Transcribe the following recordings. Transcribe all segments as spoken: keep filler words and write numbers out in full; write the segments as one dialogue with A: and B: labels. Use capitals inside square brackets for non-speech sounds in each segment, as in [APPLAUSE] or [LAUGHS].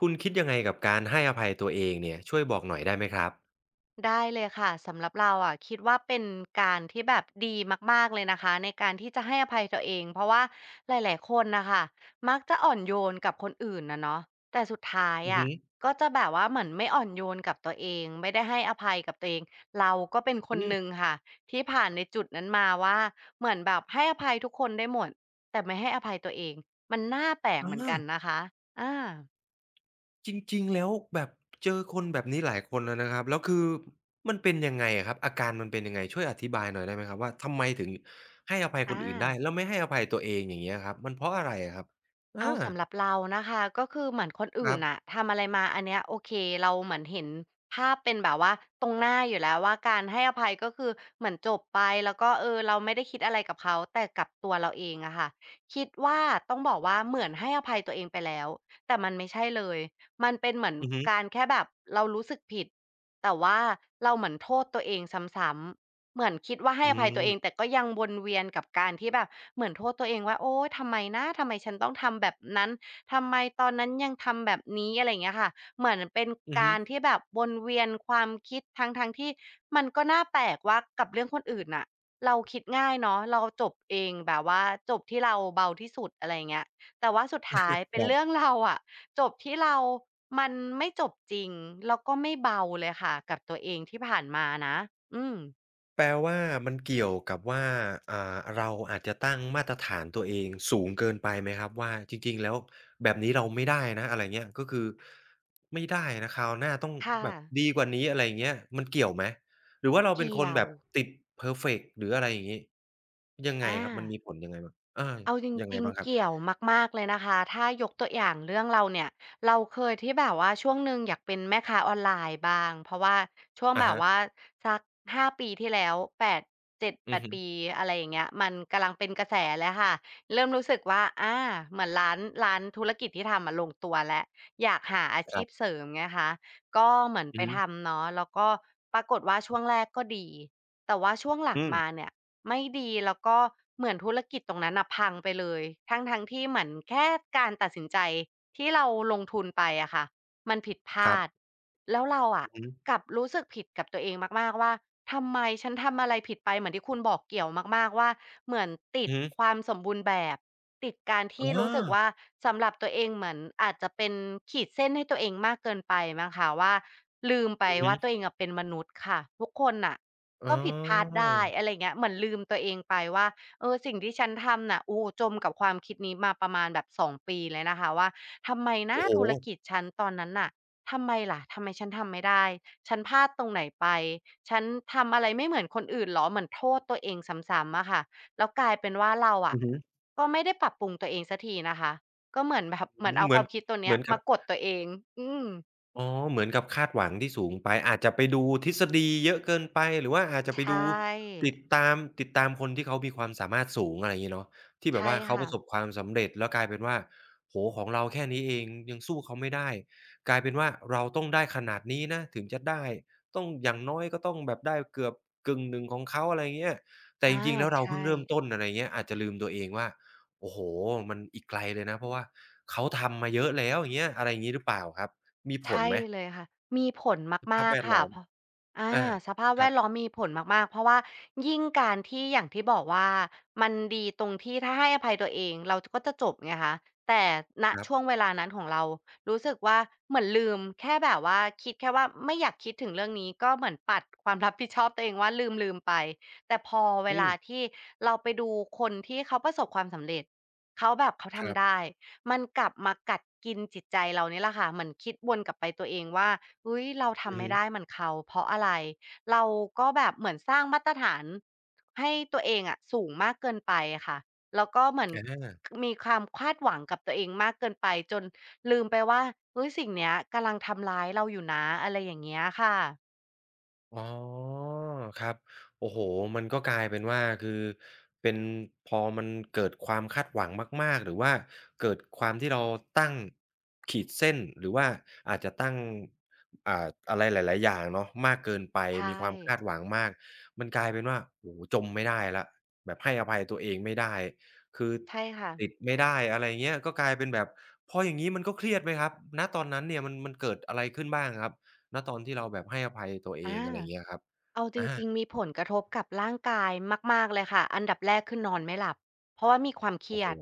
A: คุณคิดยังไงกับการให้อภัยตัวเองเนี่ยช่วยบอกหน่อยได้ไหมครับ
B: ได้เลยค่ะสำหรับเราอะคิดว่าเป็นการที่แบบดีมากๆเลยนะคะในการที่จะให้อภัยตัวเองเพราะว่าหลายๆคนนะคะมักจะอ่อนโยนกับคนอื่นนะเนาะแต่สุดท้าย
A: อือ
B: อะ
A: ฮึ
B: ก็จะแบบว่าเหมือนไม่อ่อนโยนกับตัวเองไม่ได้ให้อภัยกับตัวเองเราก็เป็นค
A: อื
B: นหนึ่ง
A: ม
B: ค่ะที่ผ่านในจุดนั้นมาว่าเหมือนแบบให้อภัยทุกคนได้หมดแต่ไม่ให้อภัยตัวเองมันน่าแปลก
A: อ
B: เหมือน
A: า
B: กันนะคะอา
A: จริงๆแล้วแบบเจอคนแบบนี้หลายคนแล้วนะครับแล้วคือมันเป็นยังไงอะครับอาการมันเป็นยังไงช่วยอธิบายหน่อยได้ไหมครับว่าทำไมถึงให้อภัยค
B: อา
A: นอื่นได้แล้วไม่ให้อภัยตัวเองอย่างเงี้ยครับมันเพราะอะไรอะครับอา
B: เอาสำหรับเรานะคะก็คือเหมือนคน
A: ค
B: อื่
A: รั
B: น
A: บ
B: น่ะทำอะไรมาอันเนี้ยโอเคเราเหมือนเห็นภาพเป็นแบบว่าตรงหน้าอยู่แล้วว่าการให้อภัยก็คือเหมือนจบไปแล้วก็เออเราไม่ได้คิดอะไรกับเขาแต่กับตัวเราเองอะค่ะคิดว่าต้องบอกว่าเหมือนให้อภัยตัวเองไปแล้วแต่มันไม่ใช่เลยมันเป็นเหมือน
A: อือฮึ
B: การแค่แบบเรารู้สึกผิดแต่ว่าเราเหมือนโทษตัวเองซ้ำๆ เหมือนคิดว่าให้
A: อื
B: อภัยตัว
A: ม
B: เองแต่ก็ยังวนเวียนกับการที่แบบเหมือนโทษตัวเองว่าโอ๊ยทำไมนะทำไมฉันต้องทำแบบนั้นทำไมตอนนั้นยังทำแบบนี้อะไรอย่างเงี้ยค่ะเหมือนเป็น
A: อือฮึ
B: การที่แบบวนเวียนความคิดทั้งๆที่มันก็น่าแปลกว่ากับเรื่องคนอื่นน่ะเราคิดง่ายเนาะเราจบเองแบบว่าจบที่เราเบาที่สุดอะไรอย่างเงี้ยแต่ว่าสุดท้ายเป็
A: ค
B: น
A: รั
B: เรื่
A: บ
B: องเราอะจบที่เรามันไม่จบจริงแล้วก็ไม่เบาเลยค่ะกับตัวเองที่ผ่านมานะอืม
A: แปลว่ามันเกี่ยวกับว่าอ่าเราอาจจะตั้งมาตรฐานตัวเองสูงเกินไปไหมครับว่าจริงๆแล้วแบบนี้เราไม่ได้นะอะไรเงี้ยก็คือไม่ได้นะคราวหน้าต้อง
B: ค่ะ
A: แบบดีกว่านี้อะไรอย่างเงี้ยมันเกี่ยวไหมหรือว่าเราเป็นค
B: เกี่ย
A: นแบ
B: ว
A: บติดเพอร์เฟกต์หรืออะไรอย่างงี้ยังไง
B: อา
A: ครับมันมีผลยังไงบ้างอา
B: เอาจ
A: ยังไง
B: ริง
A: บ้าง
B: ๆ
A: ครั
B: เกี่
A: บ
B: ยวมากๆเลยนะคะถ้ายกตัวอย่างเรื่องเราเนี่ยเราเคยที่แบบว่าช่วงหนึ่งอยากเป็นแม่ค้าออนไลน์บ้างเพราะว่าช่วง
A: อะ
B: แบบ
A: ฮะ
B: ว่าสักห้าปีที่แล้วแปด
A: อือ
B: เจ็ดถึงแปดปด
A: ฮึ
B: ปีอะไรอย่างเงี้ยมันกำลังเป็นกระแสเลยค่ะเริ่มรู้สึกว่าอาเหมือนร้านร้านธุรกิจที่ทำอะลงตัวแล้วอยากหาอา
A: ค
B: ชี
A: รั
B: พเส
A: บ
B: ริมไงคะก็เหมือน
A: อื
B: ไป
A: อฮึ
B: ทำเนาะแล้วก็ปรากฏว่าช่วงแรกก็ดีแต่ว่าช่วงหลั
A: อื
B: ง
A: ม
B: มาเนี่ย ไม่ดีแล้วก็เหมือนธุรกิจตรงนั้นน่ะพังไปเลยทั้งๆที่เหมือนแค่การตัดสินใจที่เราลงทุนไปอะค่ะมันผิดพ
A: ครั
B: ลา
A: บ
B: ดแล้วเราอะ
A: อือฮึ
B: กลับรู้สึกผิดกับตัวเองมากๆว่าทำไมฉันทำอะไรผิดไปเหมือนที่คุณบอกเกี่ยวมากๆว่าเหมือนติด
A: อือฮึ
B: ความสมบูรณ์แบบติดการที่
A: อ๋อ
B: รู้สึกว่าสำหรับตัวเองเหมือนอาจจะเป็นขีดเส้นให้ตัวเองมากเกินไปมั้งคะว่าลืมไป
A: อือฮึ
B: ว่าตัวเองอะเป็นมนุษย์ค่ะทุกคนน่ะ
A: อ๋
B: ก็ผิดพลาด
A: อ
B: ได้อะไรเงี้ยเหมือนลืมตัวเองไปว่าเออสิ่งที่ฉันทำน่ะโอ้จมกับความคิดนี้มาประมาณแบบสองปีเลยนะคะว่าทำไมนะ
A: โอ้โฮ
B: ธุรกิจฉันตอนนั้นน่ะทำไมล่ะทำไมฉันทำไม่ได้ฉันพลาดตรงไหนไปฉันทำอะไรไม่เหมือนคนอื่นเหรอเหมือนโทษตัวเองซ้ำๆอะค่ะแล้วกลายเป็นว่าเราอะ
A: อือฮึ
B: ก็ไม่ได้ปรับปรุงตัวเองสักทีนะคะก็เหมือนแบบเหมื
A: อื
B: อน
A: อ
B: เอา
A: เห
B: ค
A: มือ
B: วา
A: น
B: มคิดตัว
A: เห
B: เนี้
A: มื
B: ย
A: อนกับ
B: มากดตัวเองอืม
A: อ๋อเหมือนกับคาดหวังที่สูงไปอาจจะไปดูทฤษฎีเยอะเกินไปหรือว่าอาจจะ
B: ใช
A: ไปดู
B: ่
A: ติดตามติดตามคนที่เขามีความสามารถสูงอะไรอย่างงี้เนาะที่แบบ
B: ใช่
A: ว่าเขาป
B: ค่ะ
A: ระสบความสำเร็จแล้วกลายเป็นว่าโอ้โฮของเราแค่นี้เองยังสู้เขาไม่ได้กลายเป็นว่าเราต้องได้ขนาดนี้นะถึงจะได้ต้องอย่างน้อยก็ต้องแบบได้เกือบกึ่งหนึ่งของเขาอะไรอย่างเงี้ยแต่จ
B: อา
A: ริงๆแล้วเราเพิ่
B: ใช่
A: งเริ่มต้นอะไรอย่างเงี้ยอาจจะลืมตัวเองว่าโอ้โฮมันอีกไกลเลยนะเพราะว่าเขาทำมาเยอะแล้วอย่างเงี้ยอะไรอย่างงี้หรือเปล่าครับ มีผล
B: ใช่
A: ไหม
B: เลยค่ะมีผล
A: ส
B: มา
A: ภาพ
B: ก
A: แวด
B: ๆค่ะ
A: ล้อม
B: เพราะอา
A: อา
B: สภาพ
A: ค
B: แว
A: รับ
B: ดล้อมมีผลมากๆเพราะว่ายิ่งการที่อย่างที่บอกว่ามันดีตรงที่ถ้าให้อภัยตัวเองเราจก็จะจบไงคะแต่ณ
A: ครั
B: ช่วง
A: บ
B: เวลานั้นของเรารู้สึกว่าเหมือนลืมแค่แบบว่าคิดแค่ว่าไม่อยากคิดถึงเรื่องนี้ก็เหมือนปัดความรับผิดชอบตัวเองว่าลืมๆไปแต่พอเว
A: อื
B: ลา
A: ม
B: ที่เราไปดูคนที่เขาประสบความสำเร็จเขาแบบเขา
A: ครั
B: ทำ
A: บ
B: ได้ มันกลับมากัดกินจิตใจเรานี่แหละค่ะเหมือนคิดวนกลับไปตัวเองว่าอุ๊ยเรา
A: อือ
B: ทำไม่
A: ฮึ
B: ได้เหมือนเขาเพราะอะไรเราก็แบบเหมือนสร้างมาตรฐานให้ตัวเองอะสูงมากเกินไปอะค่ะแล้วก็เหมือน
A: อา
B: มีความคาดหวังกับตัวเองมากเกินไปจนลืมไปว่าเฮ้ยสิ่งเนี้ยกำลังทำร้ายเราอยู่นะอะไรอย่างเงี้ยค่ะ
A: อ๋อครับโอ้โฮมันก็กลายเป็นว่าคือเป็นพอมันเกิดความคาดหวังมากๆหรือว่าเกิดความที่เราตั้งขีดเส้นหรือว่าอาจจะตั้งอ่าอะไรหลายๆอย่างเนาะมากเกินไปมี
B: ใช่
A: ความคาดหวังมากมันกลายเป็นว่าโอ้โฮจมไม่ได้แล้วแบบให้อภัยตัวเองไม่ได้คือ
B: ใช่ค่ะ
A: ติดไม่ได้อะไรเงี้ยก็กลายเป็นแบบพออย่างงี้มันก็เครียดไหมครับณตอนนั้นเนี่ยมันมันเกิดอะไรขึ้นบ้างครับ ณตอนที่เราแบบให้อภัยตัวเอง
B: อา
A: อะไรอย่างเงี้ยครับ
B: เอาจริ
A: อา
B: งๆมีผลกระทบกับร่างกายมากๆเลยค่ะอันดับแรกคือนอนไม่หลับเพราะว่ามีความเค
A: โอ้
B: รีย
A: โฮ
B: ด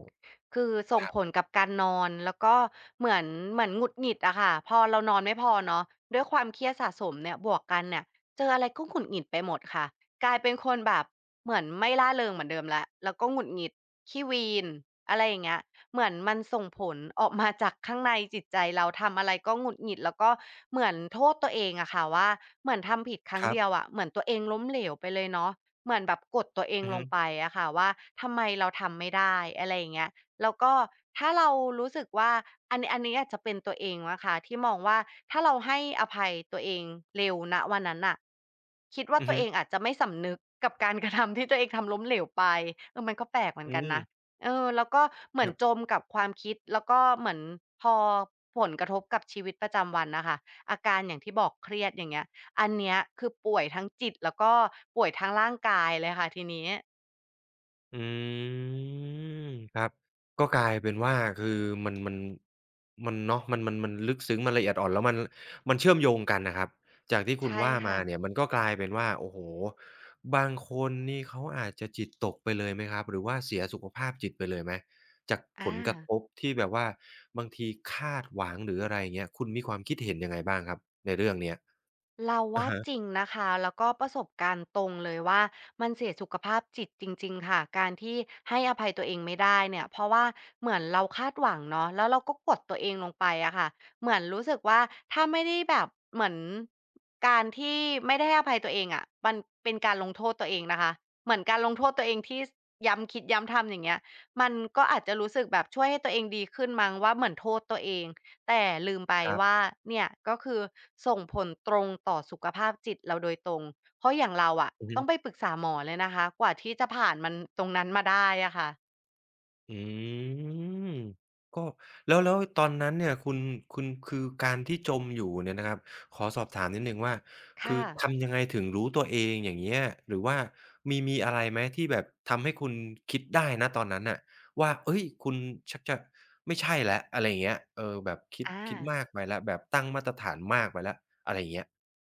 B: คือส่ง
A: ครับ
B: ผลกับการนอนแล้วก็เหมือนเหมือนหงุดหงิดอะค่ะพอเรานอนไม่พอเนาะด้วยความเครียดสะสมเนี่ยบวกกันเนี่ยเจออะไรก็หงุดหงิดไปหมดค่ะกลายเป็นคนแบบเหมือนไม่ร่าเริงเหมือนเดิมแล้วแล้วก็หงุดหงิดขี้วีนอะไรอย่างเงี้ย เหมือนมันส่งผลออกมาจากข้างในจิตใจเราทำอะไรก็หงุดหงิดแล้วก็เหมือนโทษตัวเองอะค่ะว่าเหมือนทำผิดครั้
A: ค
B: ง
A: รับ
B: เดียวอะเหมือนตัวเองล้มเหลวไปเลยเนาะเหมือนแบบกดตัวเอง
A: อือ
B: ล
A: ฮึ
B: งไปอะค่ะว่าทำไมเราทำไม่ได้อะไรอย่างเงี้ยแล้วก็ถ้าเรารู้สึกว่าอันนี้อันนี้อาจจะเป็นตัวเองนะคะที่มองว่าถ้าเราให้อภัยตัวเองเร็วณวันนั้นน่ะคิดว่า
A: อือ
B: ตัว
A: ฮึ
B: เองอาจจะไม่สำนึกกับการกระทำที่ตัวเองทำล้มเหลวไปเออมันก็แปลกเหมือ
A: อื
B: นกันนะ
A: ม
B: เออแล้วก็เหมือ
A: ค
B: น
A: รั
B: จ
A: บ
B: มกับความคิดแล้วก็เหมือนพอผลกระทบกับชีวิตประจำวันน่ะค่ะอาการอย่างที่บอกเครียดอย่างเงี้ยอันเนี้ยคือป่วยทั้งจิตแล้วก็ป่วยทั้งร่างกายเลยค่ะทีนี้
A: อืมครับก็กลายเป็นว่าคือมันมันมันเนาะมันมันมันลึกซึ้งมันละเอียดอ่อนแล้วมันมันเชื่อมโยงกันน่ะครับจากที่คุณ
B: ใช่
A: ว่ามา
B: ค่ะ
A: เนี่ยมันก็กลายเป็นว่าโอ้โฮบางคนนี่เขาอาจจะจิตตกไปเลยไหมครับหรือว่าเสียสุขภาพจิตไปเลยไหมจากผ
B: อา
A: ลกระทบที่แบบว่าบางทีคาดหวังหรืออะไรอย่างเงี้ยคุณมีความคิดเห็นยังไงบ้างครับในเรื่องเนี้ย
B: เรา
A: อะ
B: ว่า
A: ฮะ
B: จริงนะคะแล้วก็ประสบการณ์ตรงเลยว่ามันเสียสุขภาพจิตจริงๆค่ะการที่ให้อภัยตัวเองไม่ได้เนี่ยเพราะว่าเหมือนเราคาดหวังเนาะแล้วเราก็กดตัวเองลงไปอะค่ะเหมือนรู้สึกว่าถ้าไม่ได้แบบเหมือนการที่ไม่ได้ให้อภัยตัวเองอะมันเป็นการลงโทษตัวเองนะคะเหมือนการลงโทษตัวเองที่ย้ำคิดย้ำทำอย่างเงี้ยมันก็อาจจะรู้สึกแบบช่วยให้ตัวเองดีขึ้นมั้งว่าเหมือนโทษตัวเอง แต่ลืมไป
A: ครั
B: ว่า
A: บ
B: เนี่ยก็คือส่งผลตรงต่อสุขภาพจิตเราโดยตรง เพราะอย่างเราอะ
A: อือฮึ
B: ต้องไปปรึกษาหมอเลยนะคะกว่าที่จะผ่านมันตรงนั้นมาได้อะค่ะ
A: อืมก็แล้วแล้วตอนนั้นเนี่ยคุณคุณคือการที่จมอยู่เนี่ยนะครับขอสอบถามนิดหนึ่งว่าคือ
B: ค่ะ
A: ทำยังไงถึงรู้ตัวเองอย่างเงี้ยหรือว่ามีมีอะไรไหมที่แบบทำให้คุณคิดได้ณตอนนั้นน่ะว่าเฮ้ยคุณชักจะไม่ใช่แล้วอะไรอย่างเงี้ยเออแบบคิด
B: อา
A: คิดมากไปแล้วแบบตั้งมาตรฐานมากไปแล้วอะไรอย่างเงี้ย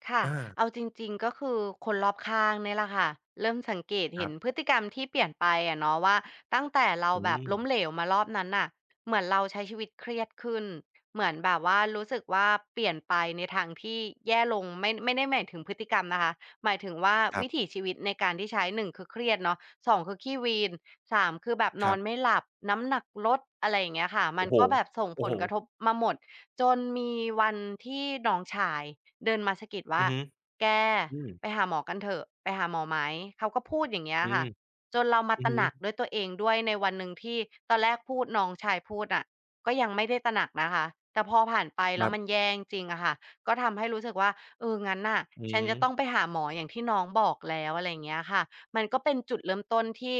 B: ค่ะ
A: อา
B: เอาจริงๆก็คือคนรอบข้างเนี่ยแหละค่ะเริ่มสังเกต
A: ค
B: เห็
A: รั
B: นพฤ
A: บ
B: ติกรรมที่เปลี่ยนไปอะเนาะว่าตั้งแต่เรา
A: อื
B: แบบ
A: ม
B: ล้มเหลวมารอบนั้นน่ะเหมือนเราใช้ชีวิตเครียดขึ้น เหมือนแบบว่ารู้สึกว่าเปลี่ยนไปในทางที่แย่ลงไม่ไม่ได้หมายถึงพฤติกรรมนะคะหมายถึงว่า
A: ค
B: วิ
A: ร
B: ถีชีวิตในการที่ใช้หนึ่งคือเครียดเนาะสองคือขี้วีนสามคือแบบนอ
A: ั
B: น
A: บ
B: ไม่
A: ๆ
B: หลับน้ำหนักลดอะไรอย่างเงี้ยค่ะมัน
A: โอ้โฮ
B: ก็แบบส่งผ
A: โอ้โฮ
B: ลกระทบมาหมดจนมีวันที่น้องชาย เดินมาสะกิดว่า
A: อือฮึ
B: แก
A: อืม
B: ไปหาหมอกันเถอะไปหาหมอไหมเขาก็พูดอย่างเงี้ย
A: อื
B: ค่ะ
A: ม
B: จนเรามา
A: อือ
B: ตระ
A: ฮึ
B: หนักด้วยตัวเองด้วยในวันหนึ่งที่ตอนแรกพูดน้องชายพูดน่ะก็ยังไม่ได้ตระหนักนะคะแต่พอผ่านไป
A: ค
B: แล้ว
A: รั
B: มัน
A: บ
B: แย่จริงอะค่ะก็ทำให้รู้สึกว่าเอองั้นน่ะ
A: อื
B: ฉัน
A: ม
B: จะต้องไปหาหมออย่างที่น้องบอกแล้วอะไรอย่างเงี้ยค่ะมันก็เป็นจุดเริ่มต้นที่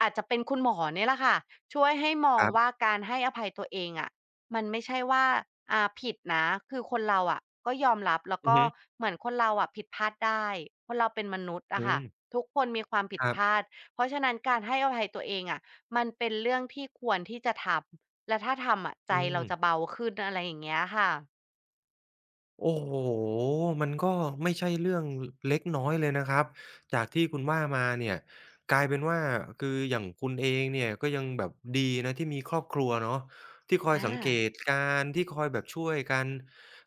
B: อาจจะเป็นคุณหมอเนี่ยแหละค่ะช่วยให้มอ
A: ค
B: ง
A: รั
B: ว่า
A: บ
B: การให้อภัยตัวเองอะ มันไม่ใช่ว่าอ่าผิดนะ คือคนเราอะก็ยอมรับแล้ว
A: อือ
B: ก็
A: ฮึ
B: เหมือนคนเราอะผิดพลาดได้คนเราเป็นมนุษย์
A: อื
B: อะค่ะ
A: ม
B: ทุกคนมีความผิ
A: ค
B: ด
A: รั
B: พลา
A: บ
B: ดเพราะฉะนั้นการให้อภัยตัวเองอะมันเป็นเรื่องที่ควรที่จะทำและถ้าทำอะใจ
A: อืม
B: เราจะเบาขึ้นอะไรอย่างเงี้ยค่ะ
A: โอ้โฮมันก็ไม่ใช่เรื่องเล็กน้อยเลยนะครับจากที่คุณว่ามาเนี่ยกลายเป็นว่าคืออย่างคุณเองเนี่ยก็ยังแบบดีนะที่มีครอบครัวเนาะที่คอย
B: อา
A: สังเกตการณ์ที่คอยแบบช่วยกัน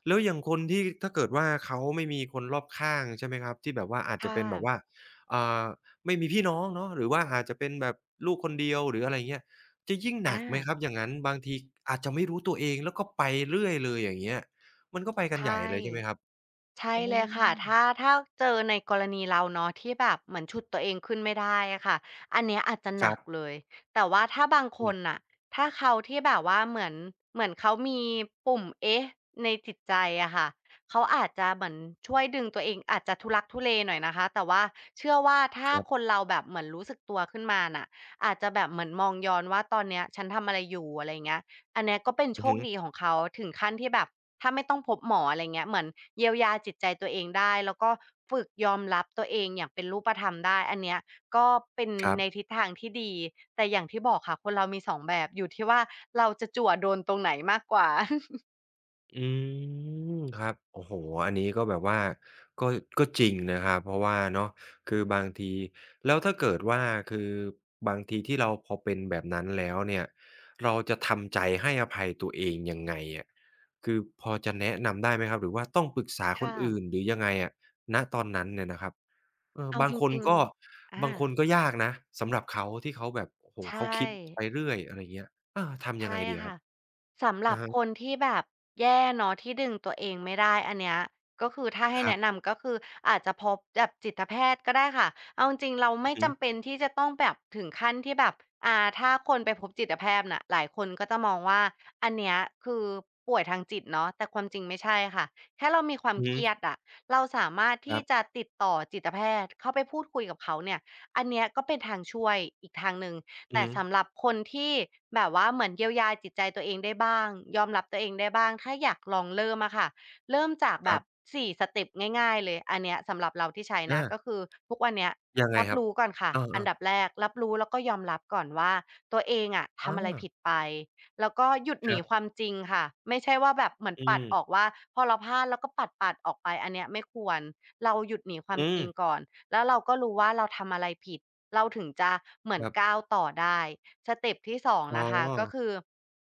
A: แล้วอย่างคนที่ถ้าเกิดว่าเขาไม่มีคนรอบข้างใช่ไหมครับที่แบบว่าอาจจะ
B: ค่ะ
A: เป็นแบบว่าอ่าไม่มีพี่น้องเนาะหรือว่าอาจจะเป็นแบบลูกคนเดียวหรืออะไรเงี้ยจะยิ่งห
B: อา
A: นักไหมครับอย่างงั้นบางทีอาจจะไม่รู้ตัวเองแล้วก็ไปเรื่อยเลยอย่างเงี้ย มันก็ไปกันให
B: ใช่
A: ญ่เลยใช่ไหมครับ
B: ใช่
A: อ๋อ
B: เลยค่ะถ้าถ้าเจอในกรณีเราเนาะที่แบบเหมือนฉุดตัวเองขึ้นไม่ได้อะค่ะอันเนี้ยอาจจะห
A: ค
B: นั
A: รั
B: กเล
A: บ
B: ยแต่ว่าถ้าบางค
A: อื
B: น
A: ม
B: น่ะถ้าเขาที่แบบว่าเหมือนเหมือนเขามีปุ่มเอ๊ะในจิตใจอะค่ะเขาอาจจะเหมือนช่วยดึงตัวเองอาจจะทุลักทุเลหน่อยนะคะแต่ว่าเชื่อว่าถ้า
A: ครั
B: คน
A: บ
B: เราแบบเหมือนรู้สึกตัวขึ้นมาน่ะอาจจะแบบเหมือนมองย้อนว่าตอนเนี้ยฉันทำอะไรอยู่อะไรเงี้ยอันเนี้ยก็เป็น
A: อื
B: โช
A: อ
B: ค
A: ฮึ
B: ดีของเขาถึงขั้นที่แบบ ถ้าไม่ต้องพบหมออะไรเงี้ยเหมือนเยียวยาจิตใจตัวเองได้แล้วก็ฝึกยอมรับตัวเองอย่างเป็นรูปธรรมได้อันเนี้ยก็เป็น
A: ครั
B: ในทิ
A: บ
B: ศทางที่ดีแต่อย่างที่บอกค่ะคนเรามีสองแบบอยู่ที่ว่าเราจะจั่วโดนตรงไหนมากกว่า [LAUGHS]
A: อืมครับโอ้โฮอันนี้ก็แบบว่าก็ก็จริงนะครับ เพราะว่าเนาะคือบางทีแล้วถ้าเกิดว่าคือบางทีที่เราพอเป็นแบบนั้นแล้วเนี่ยเราจะทำใจให้อภัยตัวเองยังไงอะคือพอจะแนะนำได้ไหมครับ หรือว่าต้องปรึกษาคน
B: ค่ะ
A: อื่นหรือยังไงอะณตอนนั้นเนี่ยนะครับ เออ
B: เอา
A: บา
B: จ
A: งคน
B: ริง
A: ก็
B: ๆอา
A: บางคนก็ยากนะสำหรับเขาที่เขาแบบโอ้โฮ
B: ใช
A: เขาคิดไป
B: ่
A: เรื่อยอะไรเงี้ยเออทำยังไง
B: ใช่
A: ดีอะครั
B: ค่ะ
A: บ
B: สำหรั
A: อะ
B: บ
A: ฮะ
B: คนที่แบบแย่เนาะที่ดึงตัวเองไม่ได้อันเนี้ยก็คือถ้าให้
A: ครั
B: แนะ
A: บ
B: นำก็คืออาจจะพบแบบจิตแพทย์ก็ได้ค่ะเอาจริงๆเรา
A: อื
B: ไม่
A: อฮึ
B: จำเป็นที่จะต้องแบบถึงขั้นที่แบบอ่าถ้าคนไปพบจิตแพทย์น่ะหลายคนก็จะมองว่าอันเนี้ยคือป่วยทางจิตเนาะแต่ความจริงไม่ใช่ค่ะแค่เรามีความ
A: อือ
B: เค
A: ฮึ
B: รียดอะเราสามารถ
A: ค
B: ที่
A: รั
B: จะ
A: บ
B: ติดต่อจิตแพทย์เข้าไปพูดคุยกับเขาเนี่ยอันเนี้ยก็เป็นทางช่วยอีกทางหนึ่ง
A: อื
B: แต่
A: อฮึ
B: สำหรับคนที่แบบว่าเหมือนเยียวยาจิตใจตัวเองได้บ้างยอมรับตัวเองได้บ้างถ้าอยากลองเริ่มอะค่ะเริ่มจาก
A: ค
B: แบ
A: รั
B: บ
A: บ
B: สี่สเต็ปง่ายๆเลยอันเนี้ยสำหรับเราที่ใช้นะ
A: อา
B: ก็คือทุกวันเนี้ย
A: ยังไง
B: รับ
A: ครับ
B: รู้ก่อนค่ะ
A: เอ
B: อัน
A: อ
B: ดับ
A: ๆ
B: แรกรับรู้แล้วก็ยอมรับก่อนว่าตัวเองอะทำอะไร
A: อา
B: ผิดไปแล้วก็หยุดห
A: ค
B: นี
A: รั
B: ควา
A: บ
B: มจริงค่ะไม่ใช่ว่าแบบเหมือน
A: อื
B: ปัดออก
A: ม
B: ว่าพอเราพลาดแล้วก็ปัดๆออกไปอันเนี้ยไม่ควรเราหยุดหนีความ
A: อื
B: จ
A: ม
B: ริงก่อนแล้วเราก็รู้ว่าเราทำอะไรผิด เราถึงจะเหมือ
A: ค
B: น
A: รั
B: ก้า
A: บ
B: วต่อได้สเต็ปที่สอง
A: อ๋อ
B: นะคะก็คือ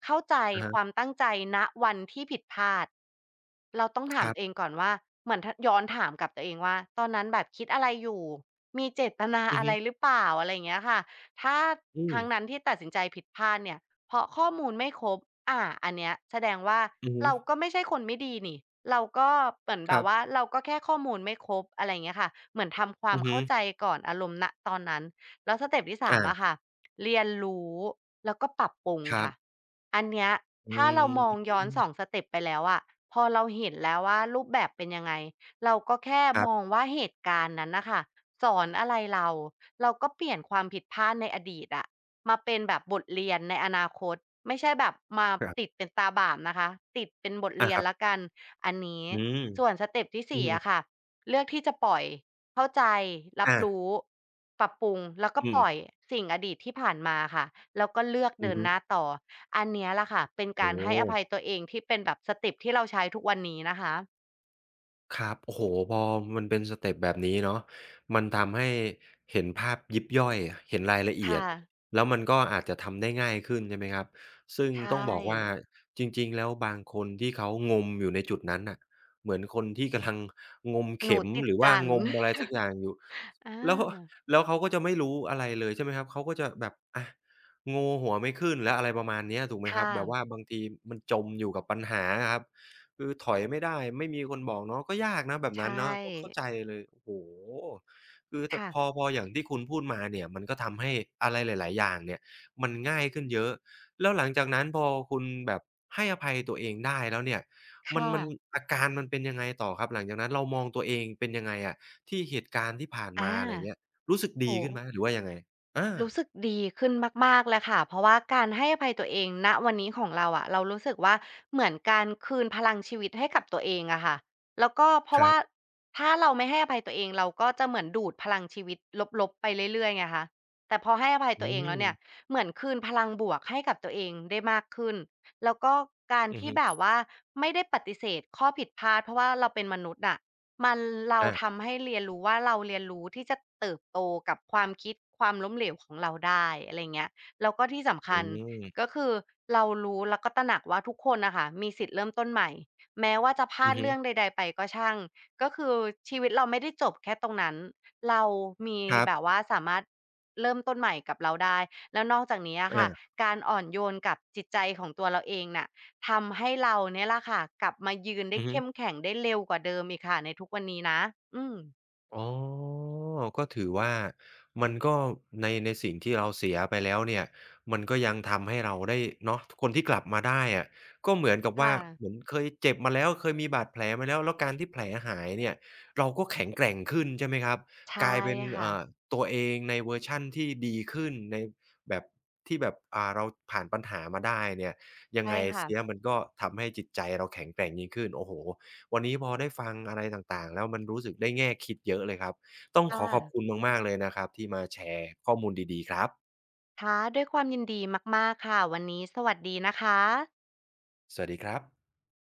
B: เข้าใจ
A: อะ
B: ค
A: ฮะ
B: วามตั้งใจณวันที่ผิดพลาดเราต้องถา
A: ค
B: ม
A: รั
B: ตัวเอง
A: บ
B: ก่อนว่าเหมือนทย้อนถามกับตัวเองว่าตอนนั้นแบบคิดอะไรอยู่มีเจตนา
A: อือ
B: อะไรห
A: ฮึ
B: รือเปล่าอะไรอย่างเงี้ยค่ะถ้า
A: อื
B: ค
A: ม
B: รั้งนั้นที่ตัดสินใจผิดพลาดเนี่ยเพราะข้อมูลไม่ครบอาอันเนี้ยแสดงว่า
A: อือฮึ
B: เราก็ไม่ใช่คนไม่ดีนี่เราก็เหมือนแบ
A: ครั
B: บ
A: บ
B: ว่าเราก็แค่ข้อมูลไม่ครบอะไรอย่างเงี้ยค่ะเหมือนทำควา
A: อื
B: ม
A: อฮึ
B: เข้าใจก่อนอารมณ์ณตอนนั้น แล้วสเต็ปที่สาม
A: อา
B: อะค่ะเรียนรู้แล้วก็ปรับปรุง
A: ครั
B: ค่ะ
A: บ
B: อันเนี้ย
A: อื
B: ถ้าเรามองย้อนสอง
A: ม
B: สเต็ปไปแล้วอะพอเราเห็นแล้วว่ารูปแบบเป็นยังไงเราก็แค่
A: ค
B: มอง
A: ร
B: ว่าเหตุการณ์นั้นนะคะสอนอะไรเราเราก็เปลี่ยนความผิดพลาดในอดีตอะมาเป็นแบบบทเรียนในอนาคตไม่ใช่แบบมา
A: ับ
B: ติด
A: ๆ
B: เป็นตาบาปนะคะติดเป็นบท
A: อา
B: เรีย
A: ค
B: น
A: รั
B: ละ
A: บ
B: กันอันนี้
A: อืม
B: ส่วนสเต็ปที่
A: อื
B: สี่
A: ม
B: อะค่ะเลือกที่จะปล่อย เข้าใจรับ
A: อา
B: รู้ปรับปรุงแล้วก็
A: อื
B: ปล่อย
A: ม
B: สิ่งอดีตที่ผ่านมาค่ะแล้วก็เลือก
A: อื
B: เดิ
A: อ
B: น
A: ฮึ
B: หน้าต่ออันเนี้ยล่ะค่ะเป็นกา
A: โอ้
B: ร
A: โฮ
B: ให้อภัยตัวเองที่เป็นแบบสเต็ปที่เราใช้ทุกวันนี้นะคะ
A: ครับโอ้โฮพอมันเป็นสเต็ปแบบนี้เนาะมันทำให้เห็นภาพยิบย่อยเห็นรายละเอียด
B: ค่ะ
A: แล้วมันก็อาจจะทำได้ง่ายขึ้นใช่ไหมครับซึ่ง
B: ใช
A: ต้อง
B: ่
A: บอกว่าจริงๆแล้วบางคนที่เขางมอยู่ในจุดนั้นน่ะเหมือนคนที่กำลังงม
B: หนู
A: เข็ม
B: ติด
A: หรือว่า
B: จั่น
A: งมอะไรสักอย่างอยู่
B: อ
A: แล้ว
B: า
A: แล้วเขาก็จะไม่รู้อะไรเลยใช่ไหมครับเขาก็จะแบบอะโงหัวไม่ขึ้นแล้วอะไรประมาณเนี้ยถูกไหมครับ
B: ค่ะ
A: แบบว่าบางทีมันจมอยู่กับปัญหาอะครับ คือถอยไม่ได้ไม่มีคนบอกเนาะก็ยากนะแบบ
B: ใช
A: นั้นเนาะก็เข้า
B: ่
A: ใจเลยโอ้โฮคือต
B: ค่ะ
A: พอพออย่างที่คุณพูดมาเนี่ยมันก็ทำให้อะไรหลายๆอย่างเนี่ยมันง่ายขึ้นเยอะแล้วหลังจากนั้นพอคุณแบบให้อภัยตัวเองได้แล้วเนี่ยมัน
B: ค่ะ
A: มันอาการมันเป็นยังไงต่อครับหลังจากนั้นเรามองตัวเองเป็นยังไงอะที่เหตุการณ์ที่ผ่าน
B: อา
A: มาอะไรเงี้ยรู้สึกดี
B: โอ้
A: ขึ้นไหมหรือว่ายังไงอา
B: รู้สึกดีขึ้นมากๆเลยค่ะเพราะว่าการให้อภัยตัวเองณวันนี้ของเราอะเรารู้สึกว่าเหมือนการคืนพลังชีวิตให้กับตัวเองอะค่ะแล้วก็เพ
A: ค
B: ราะว่า
A: รับ
B: ถ้าเราไม่ให้อภัยตัวเองเราก็จะเหมือนดูดพลังชีวิตลบๆไปเรื่อยๆไงคะแต่พอให้อภัย
A: อื
B: ตัวเองแล้ว
A: ม
B: เนี่ยเหมือนคืนพลังบวกให้กับตัวเองได้มากขึ้น แล้วก็การ
A: อือ
B: ที่
A: ฮึ
B: แบบว่าไม่ได้ปฏิเสธข้อผิดพลาดเพราะว่าเราเป็นมนุษย์น่ะ มันเรา
A: อา
B: ทำให้เรียนรู้ว่าเราเรียนรู้ที่จะเติบโตกับความคิดความล้มเหลวของเราได้อะไรเงี้ยแล้วก็ที่สำ
A: อื
B: คัญก็
A: ม
B: คือเรารู้แล้วก็ตระหนักว่าทุกคนน่ะค่ะมีสิทธิ์เริ่มต้นใหม่แม้ว่าจะพลา
A: อื
B: ด
A: อฮึ
B: เรื่องใดๆไปก็ช่างก็คือชีวิตเราไม่ได้จบแค่ตรงนั้นเรามี
A: ครั
B: แบบ
A: บ
B: ว่าสามารถเริ่มต้นใหม่กับเราได้แล้วนอกจากนี้อะค่ะ
A: อา
B: การอ่อนโยนกับจิตใจของตัวเราเองน่ะ ทำให้เราเนี่ยล่ละค่ะกลับมายืนได้
A: อือฮึ
B: เข้มแข็งได้เร็วกว่าเดิมอีกค่ะในทุกวันนี้นะอืม
A: อ๋อก็ถือว่ามันก็ในในสิ่งที่เราเสียไปแล้วเนี่ยมันก็ยังทำให้เราได้เนาะคนที่กลับมาได้อะก็เหมือนกับว่า
B: ค่ะ
A: เหมือนเคยเจ็บมาแล้วเคยมีบาดแผลมาแล้วแล้วการที่แผลหายเนี่ยเราก็แข็งแกร่งขึ้นใช่ไหมครับ
B: ใช่
A: กลายเป็น
B: ค่ะ
A: อ่าตัวเองในเวอร์ชันที่ดีขึ้นในแบบที่แบบอ่าเราผ่านปัญหามาได้เนี่ยยัง
B: ใช่
A: ไง
B: ค่ะ
A: เสียมันก็ทำให้จิตใจเราแข็งแกร่งยิ่งขึ้นโอ้โฮ วันนี้พอได้ฟังอะไรต่างๆแล้วมันรู้สึกได้แง่คิดเยอะเลยครับต้องข
B: ค่ะ
A: อขอบคุณมากๆเลยนะครับที่มาแชร์ข้อมูลดีๆครับ
B: ค่ะด้วยความยินดีมากๆค่ะวันนี้สวัสดีนะคะ
A: สวัสดีครับ